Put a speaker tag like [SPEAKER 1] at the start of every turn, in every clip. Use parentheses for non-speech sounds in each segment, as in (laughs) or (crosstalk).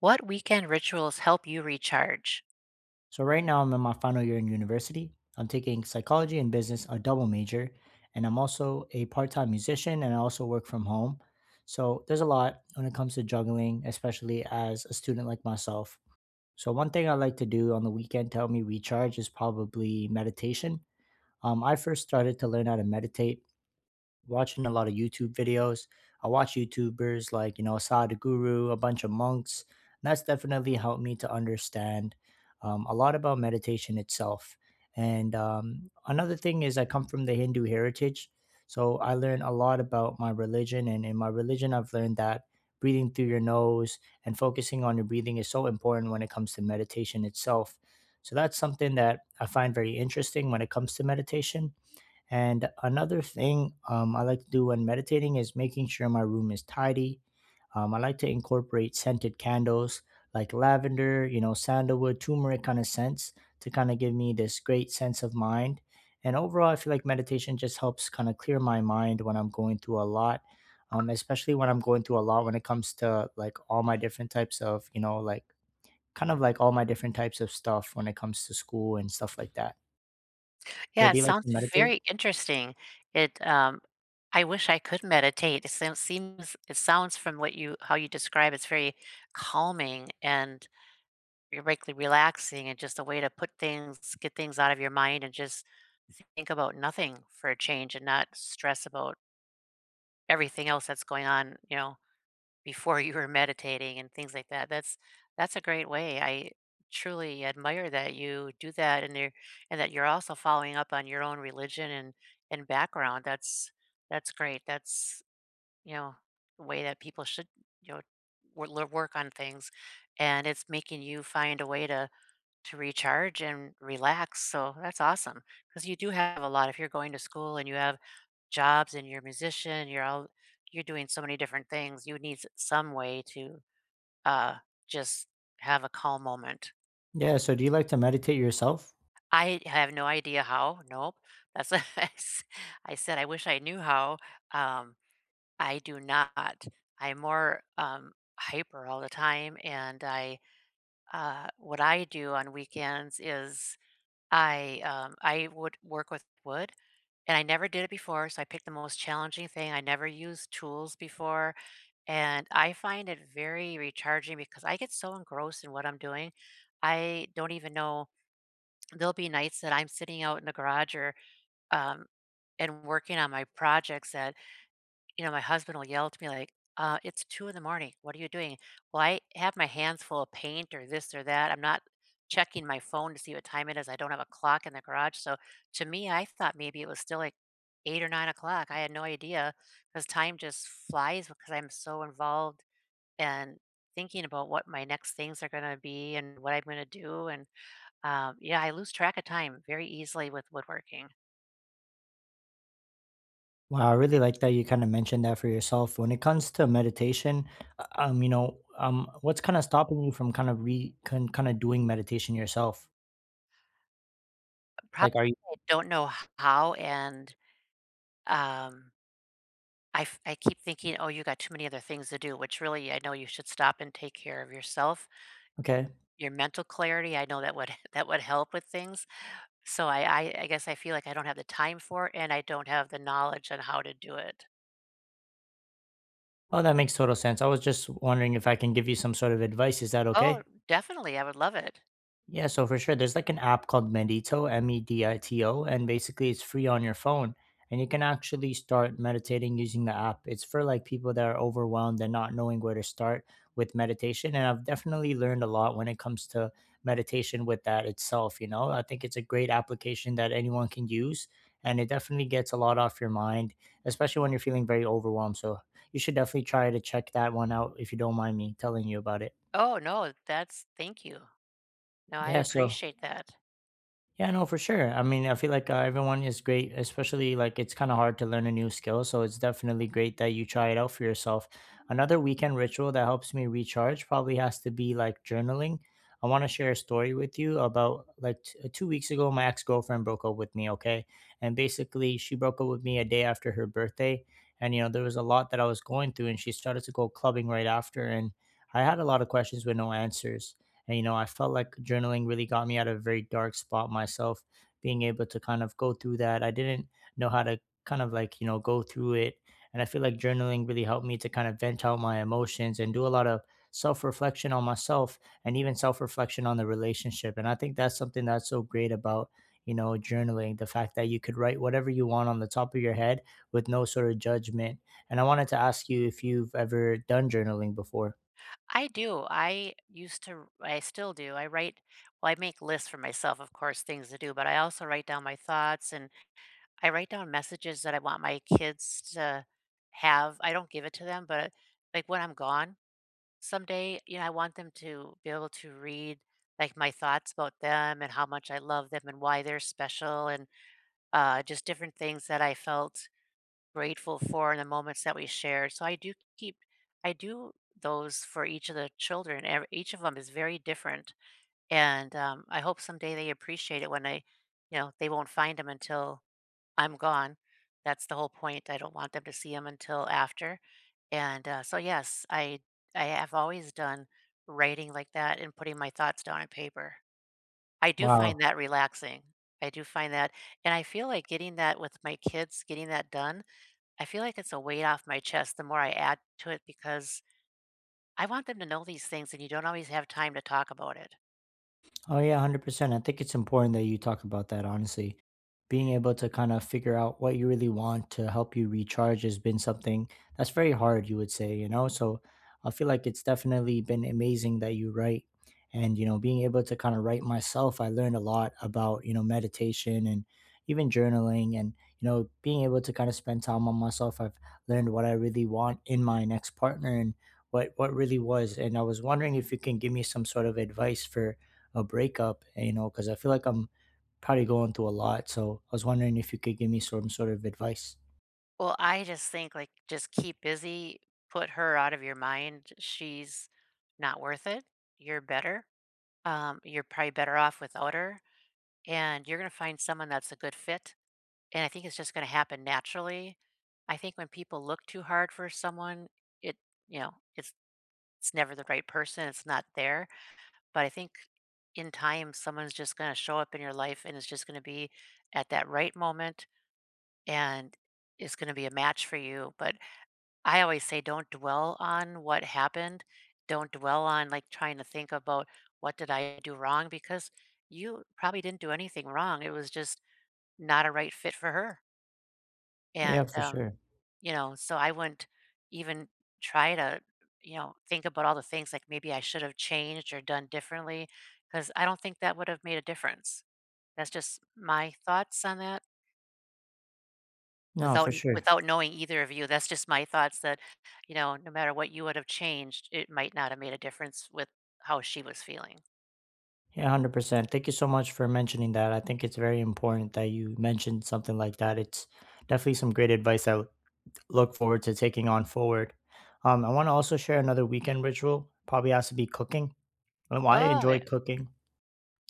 [SPEAKER 1] What weekend rituals help you recharge?
[SPEAKER 2] So right now I'm in my final year in university. I'm taking psychology and business, a double major, and I'm also a part-time musician and I also work from home. So there's a lot when it comes to juggling, especially as a student like myself. So one thing I like to do on the weekend to help me recharge is probably meditation. I first started to learn how to meditate watching a lot of YouTube videos. I watch YouTubers like, Sadhguru, a bunch of monks. And that's definitely helped me to understand a lot about meditation itself. And another thing is, I come from the Hindu heritage. So I learned a lot about my religion. And in my religion, I've learned that breathing through your nose and focusing on your breathing is so important when it comes to meditation itself. So that's something that I find very interesting when it comes to meditation and another thing I like to do when meditating is making sure my room is tidy. I like to incorporate scented candles like lavender, sandalwood, turmeric kind of scents to kind of give me this great sense of mind. And overall, I feel like meditation just helps kind of clear my mind when I'm going through a lot, especially when I'm going through a lot when it comes to like all my different types of, like kind of like all my different types of stuff when it comes to school and stuff like that. So
[SPEAKER 1] Yeah, it
[SPEAKER 2] do you like
[SPEAKER 1] sounds
[SPEAKER 2] to meditate?
[SPEAKER 1] very interesting. It I wish I could meditate. It sounds from what you how you describe it's very calming and you like relaxing and just a way to put things get things out of your mind and just think about nothing for a change and not stress about everything else that's going on. Before you were meditating and things like that. That's a great way. I truly admire that you do that and you're and that you're also following up on your own religion and background. That's great. That's you know the way that people should you know work on things, and it's making you find a way to recharge and relax, so that's awesome because you do have a lot. If you're going to school and you have jobs and you're a musician, you're doing so many different things, you need s some way to uh, just have a calm moment.
[SPEAKER 2] Yeah, so do you like to meditate yourself?
[SPEAKER 1] I have no idea how. Nope, that's why (laughs) I said I wish I knew how. um, I do not. I'm more, hyper all the time, and what I do on weekends is I would work with wood. And I never did it before, so I picked the most challenging thing. I never used tools before, and I find it very recharging because I get so engrossed in what I'm doing. I don't even know, there'll be nights that I'm sitting out in the garage or um, and working on my projects that my husband will yell at me like, "It's 2 in the morning. What are you doing?" Well, I have my hands full of paint or this or that. I'm not checking my phone to see what time it is. I don't have a clock in the garage, so to me, I thought maybe it was still like 8 or 9 o'clock. I had no idea because time just flies because I'm so involved and thinking about what my next things are going to be and what I'm going to do. And yeah, I lose track of time very easily with woodworking.
[SPEAKER 2] Wow, I really like that you kind of mentioned that for yourself. When it comes to meditation, what's kind of stopping you from kind of re kind of doing meditation yourself?
[SPEAKER 1] Probably
[SPEAKER 2] Like, are you
[SPEAKER 1] don't know how, and um, I keep thinking, "Oh, you got too many other things to do," which really, I know you should stop and take care of yourself.
[SPEAKER 2] okay?
[SPEAKER 1] Your mental clarity, I know that would (laughs) that would help with things. So I guess I feel like I don't have the time for it, and I don't have the knowledge on how to do it.
[SPEAKER 2] Oh, that makes total sense. I was just wondering if I can give you some sort of advice. Is that
[SPEAKER 1] Oh,
[SPEAKER 2] okay?
[SPEAKER 1] definitely, I would love it.
[SPEAKER 2] Yeah, so for sure, there's like an app called Medito, M E D I T O, and basically it's free on your phone. And you can actually start meditating using the app. It's for like people that are overwhelmed and not knowing where to start with meditation. And I've definitely learned a lot when it comes to meditation with that itself. I think it's a great application that anyone can use. And it definitely gets a lot off your mind, especially when you're feeling very overwhelmed. So you should definitely try to check that one out if you don't mind me telling you about it.
[SPEAKER 1] Oh, no, that's thank you. No, I
[SPEAKER 2] Yeah, so
[SPEAKER 1] appreciate that.
[SPEAKER 2] Yeah, no, for sure. I mean, I feel like everyone is great, especially like it's kind of hard to learn a new skill. So it's definitely great that you try it out for yourself. Another weekend ritual that helps me recharge probably has to be like journaling. I want to share a story with you about like 2 weeks ago, my ex girlfriend broke up with me. Okay. And basically, she broke up with me a day after her birthday. And, there was a lot that I was going through, and she started to go clubbing right after. And I had a lot of questions with no answers. And, I felt like journaling really got me out of a very dark spot myself, being able to kind of go through that. I didn't know how to kind of like, go through it. And I feel like journaling really helped me to kind of vent out my emotions and do a lot of self reflection on myself and even self reflection on the relationship. And I think that's something that's so great about, journaling the fact that you could write whatever you want on the top of your head with no sort of judgment. And I wanted to ask you if you've ever done journaling before.
[SPEAKER 1] I do. I used to I still do. I write Well, I make lists for myself, of course, things to do, but I also write down my thoughts, and I write down messages that I want my kids to have. I don't give it to them, but like, when I'm gone someday, I want them to be able to read like my thoughts about them and how much I love them and why they're special, and just different things that I felt grateful for and the moments that we shared. So I do keep, I do those for each of the children. Each of them is very different. And I hope someday they appreciate it when I, you know, they won't find them until I'm gone. That's the whole point. I don't want them to see him until after. And, so yes, I have always done writing like that and putting my thoughts down on paper. I do find
[SPEAKER 2] Wow.
[SPEAKER 1] that relaxing. I do find that And I feel like getting that with my kids, getting that done, I feel like it's a weight off my chest the more I add to it, because I want them to know these things, and you don't always have time to talk about it.
[SPEAKER 2] Oh yeah, 100%. I think it's important that you talk about that honestly. Being able to kind of figure out what you really want to help you recharge has been something that's very hard, you would say, So I feel like it's definitely been amazing that you write and being able to kind of write myself, I learned a lot about, meditation and even journaling and being able to kind of spend time on myself. I've learned what I really want in my next partner and what really was. And I was wondering if you can give me some sort of advice for a breakup, because I feel like I'm probably going through a lot. So I was wondering if you could give me some sort of advice.
[SPEAKER 1] Well, I just think, like, just keep busy, put her out of your mind. She's not worth it. You're better. You're probably better off without her, and you're gonna find someone that's a good fit, and I think it's just gonna happen naturally. I think when people look too hard for someone, it you know, it's it's never the right person, it's not there, but I think in time, someone's just gonna show up in your life, and it's just gonna be at that right moment, and it's gonna be a match for you. But I always say, don't dwell on what happened. Don't dwell on like trying to think about what did I do wrong, because you probably didn't do anything wrong. It was just not a right fit for her.
[SPEAKER 2] Yeah,
[SPEAKER 1] And
[SPEAKER 2] for sure.
[SPEAKER 1] so I wouldn't even try to, think about all the things like maybe I should have changed or done differently, because I don't think that would have made a difference. That's just my thoughts on that.
[SPEAKER 2] No,
[SPEAKER 1] Without
[SPEAKER 2] for sure.
[SPEAKER 1] without knowing either of you, that's just my thoughts that, no matter what you would have changed, it might not have made a difference with how she was feeling.
[SPEAKER 2] Yeah, 100%. Thank you so much for mentioning that. I think it's very important that you mentioned something like that. It's definitely some great advice I look forward to taking on forward. I want to also share another weekend ritual. Probably has to be cooking. I
[SPEAKER 1] Oh,
[SPEAKER 2] enjoy
[SPEAKER 1] yeah.
[SPEAKER 2] cooking.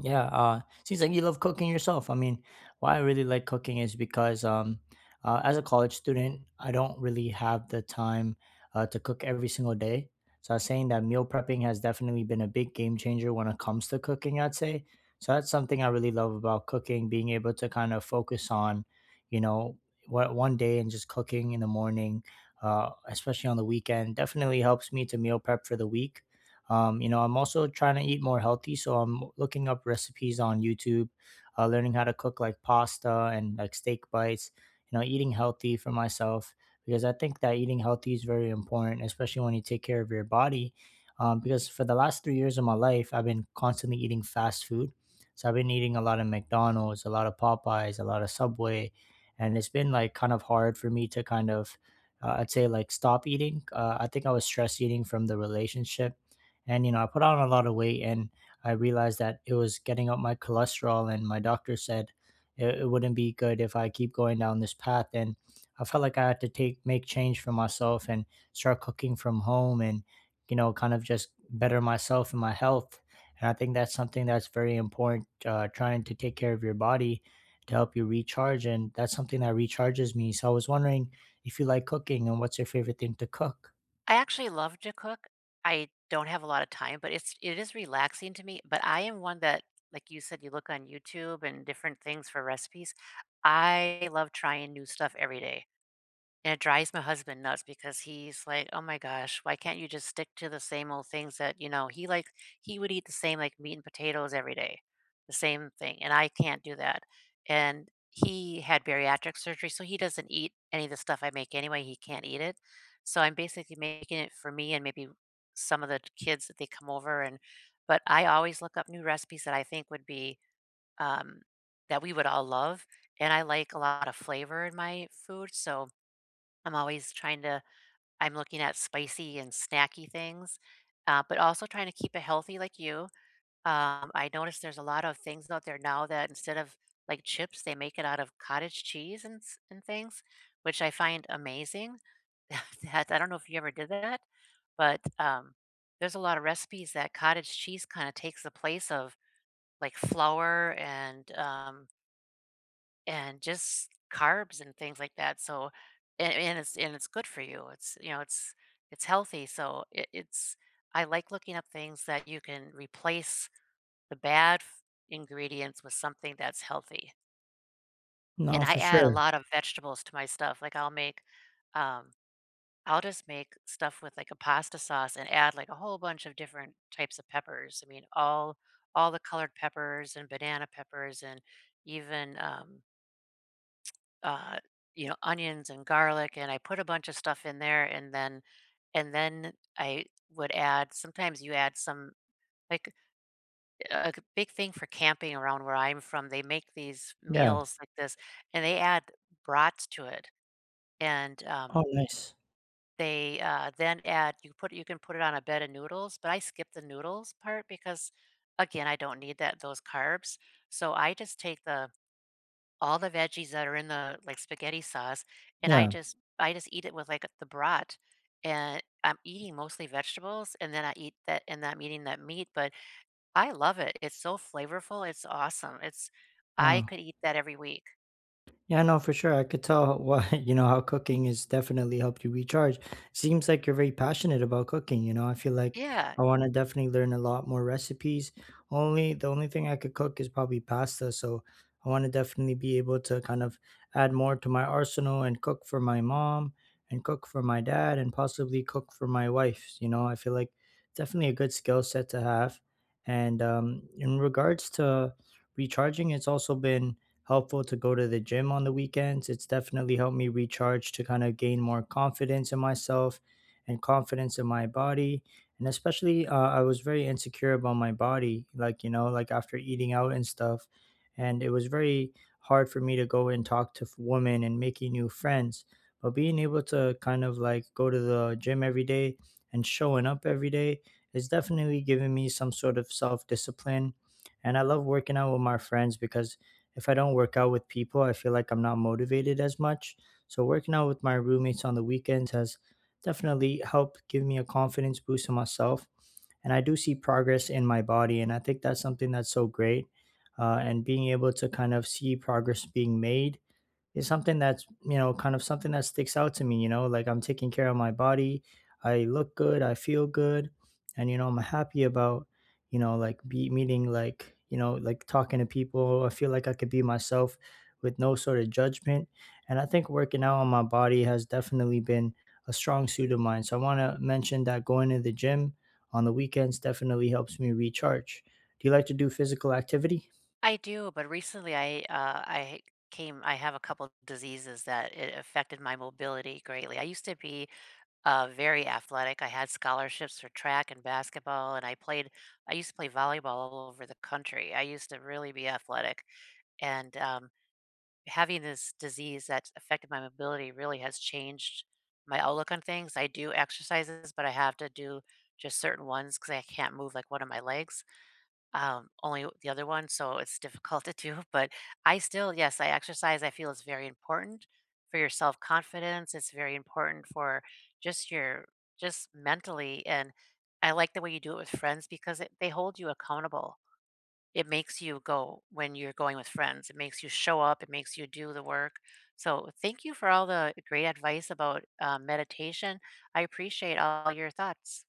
[SPEAKER 2] Yeah, seems like you love cooking yourself. I mean, why I really like cooking is because as a college student, I don't really have the time to cook every single day. So I was saying that meal prepping has definitely been a big game changer when it comes to cooking, I'd say. So that's something I really love about cooking, being able to kind of focus on, you know, what one day and just cooking in the morning, especially on the weekend, definitely helps me to meal prep for the week I'm also trying to eat more healthy, so I'm looking up recipes on YouTube, learning how to cook like pasta and like steak bites. Eating healthy for myself because I think that eating healthy is very important, especially when you take care of your body. Because for the last 3 years of my life, I've been constantly eating fast food. So I've been eating a lot of McDonald's, a lot of Popeyes, a lot of Subway, and it's been like kind of hard for me to kind of, I'd say like stop eating. I think I was stress eating from the relationship, and, I put on a lot of weight and I realized that it was getting up my cholesterol. And my doctor said it wouldn't be good if I keep going down this path. And I felt like I had to make change for myself and start cooking from home and, kind of just better myself and my health. And I think that's something that's very important, trying to take care of your body to help you recharge. And that's something that recharges me. So I was wondering if you like cooking and what's your favorite thing to cook?
[SPEAKER 1] I actually love to cook. I don't have a lot of time, but it is relaxing to me. But I am one that, like you said, you look on YouTube and different things for recipes. I love trying new stuff every day. And it drives my husband nuts, because he's like, "Oh my gosh, why can't you just stick to the same old things that," he like he would eat the same, like, meat and potatoes every day, the same thing, and I can't do that. And he had bariatric surgery, so he doesn't eat any of the stuff I make anyway, he can't eat it. So I'm basically making it for me and maybe some of the kids, that they come over, and but I always look up new recipes that I think would be, um that we would all love. And I like a lot of flavor in my food, so I'm always trying to I'm looking at spicy and snacky things, but also trying to keep it healthy like you. I noticed there's a lot of things out there now that, instead of like chips, they make it out of cottage cheese and and things, which I find amazing. (laughs) That, I don't know if you ever did that, but there's a lot of recipes that cottage cheese kind of takes the place of, like, flour and just carbs and things like that. So, and it's good for you. It's healthy. So it, it's I like looking up things that you can replace the bad ingredients with something that's healthy. And
[SPEAKER 2] No,
[SPEAKER 1] I
[SPEAKER 2] for
[SPEAKER 1] add a
[SPEAKER 2] sure.
[SPEAKER 1] lot of vegetables to my stuff. Like, um, I'll just make stuff with like a pasta sauce and add like a whole bunch of different types of peppers. I mean, all the colored peppers and banana peppers and even uh, onions and garlic, and I put a bunch of stuff in there. And then I would add. Sometimes you add some, like, a big thing for camping around where I'm from. They make these
[SPEAKER 2] Yeah.
[SPEAKER 1] meals like this, and they add brats to it. And
[SPEAKER 2] Oh, nice.
[SPEAKER 1] they then add. You can put it on a bed of noodles, but I skip the noodles part because, again, I don't need that those carbs. So I just take the all the veggies that are in the, like, spaghetti sauce, and
[SPEAKER 2] Yeah.
[SPEAKER 1] I just eat it with, like, the brat. And I'm eating mostly vegetables, and then I eat that, and then I'm eating that meat. But I love it. It's so flavorful, it's awesome. It's I
[SPEAKER 2] Wow.
[SPEAKER 1] could eat that every week.
[SPEAKER 2] Yeah, no, for sure. I could tell why, (laughs) how cooking has definitely helped you recharge. Seems like you're very passionate about cooking, I feel like
[SPEAKER 1] Yeah,
[SPEAKER 2] I want to definitely learn a lot more recipes. Only the only thing I could cook is probably pasta, so I want to definitely be able to kind of add more to my arsenal and cook for my mom and cook for my dad and possibly cook for my wife, I feel like definitely a good skill set to have. And in regards to recharging, it's also been helpful to go to the gym on the weekends. It's definitely helped me recharge to kind of gain more confidence in myself and confidence in my body. And especially, I was very insecure about my body, like, like after eating out and stuff. And it was very hard for me to go and talk to women and making new friends. But being able to kind of like go to the gym every day and showing up every day is definitely giving me some sort of self discipline. And I love working out with my friends because if I don't work out with people, I feel like I'm not motivated as much. So working out with my roommates on the weekends has definitely helped give me a confidence boost in myself. And I do see progress in my body. And I think that's something that's so great. And being able to kind of see progress being made is something that's kind of something that sticks out to me, like I'm taking care of my body. I look good, I feel good, and I'm happy about, like be meeting, like talking to people. I feel like I could be myself with no sort of judgment. And I think working out on my body has definitely been a strong suit of mine. So I want to mention that going to the gym on the weekends definitely helps me recharge. Do you like to do physical activity?
[SPEAKER 1] I do. But recently I have a couple diseases that it affected my mobility greatly. I used to be very athletic. I had scholarships for track and basketball, and I played. I used to play volleyball all over the country. I used to really be athletic, and having this disease that's affected my mobility really has changed my outlook on things. I do exercises, but I have to do just certain ones because I can't move like one of my legs, only the other one, so it's difficult to do. (laughs) But I still, yes, I exercise. I feel it's very important for your self confidence. It's very important for just your just mentally. And I like the way you do it with friends, because they hold you accountable. It makes you go. When you're going with friends, it makes you show up. It makes you do the work. So thank you for all the great advice about meditation. I appreciate all your thoughts.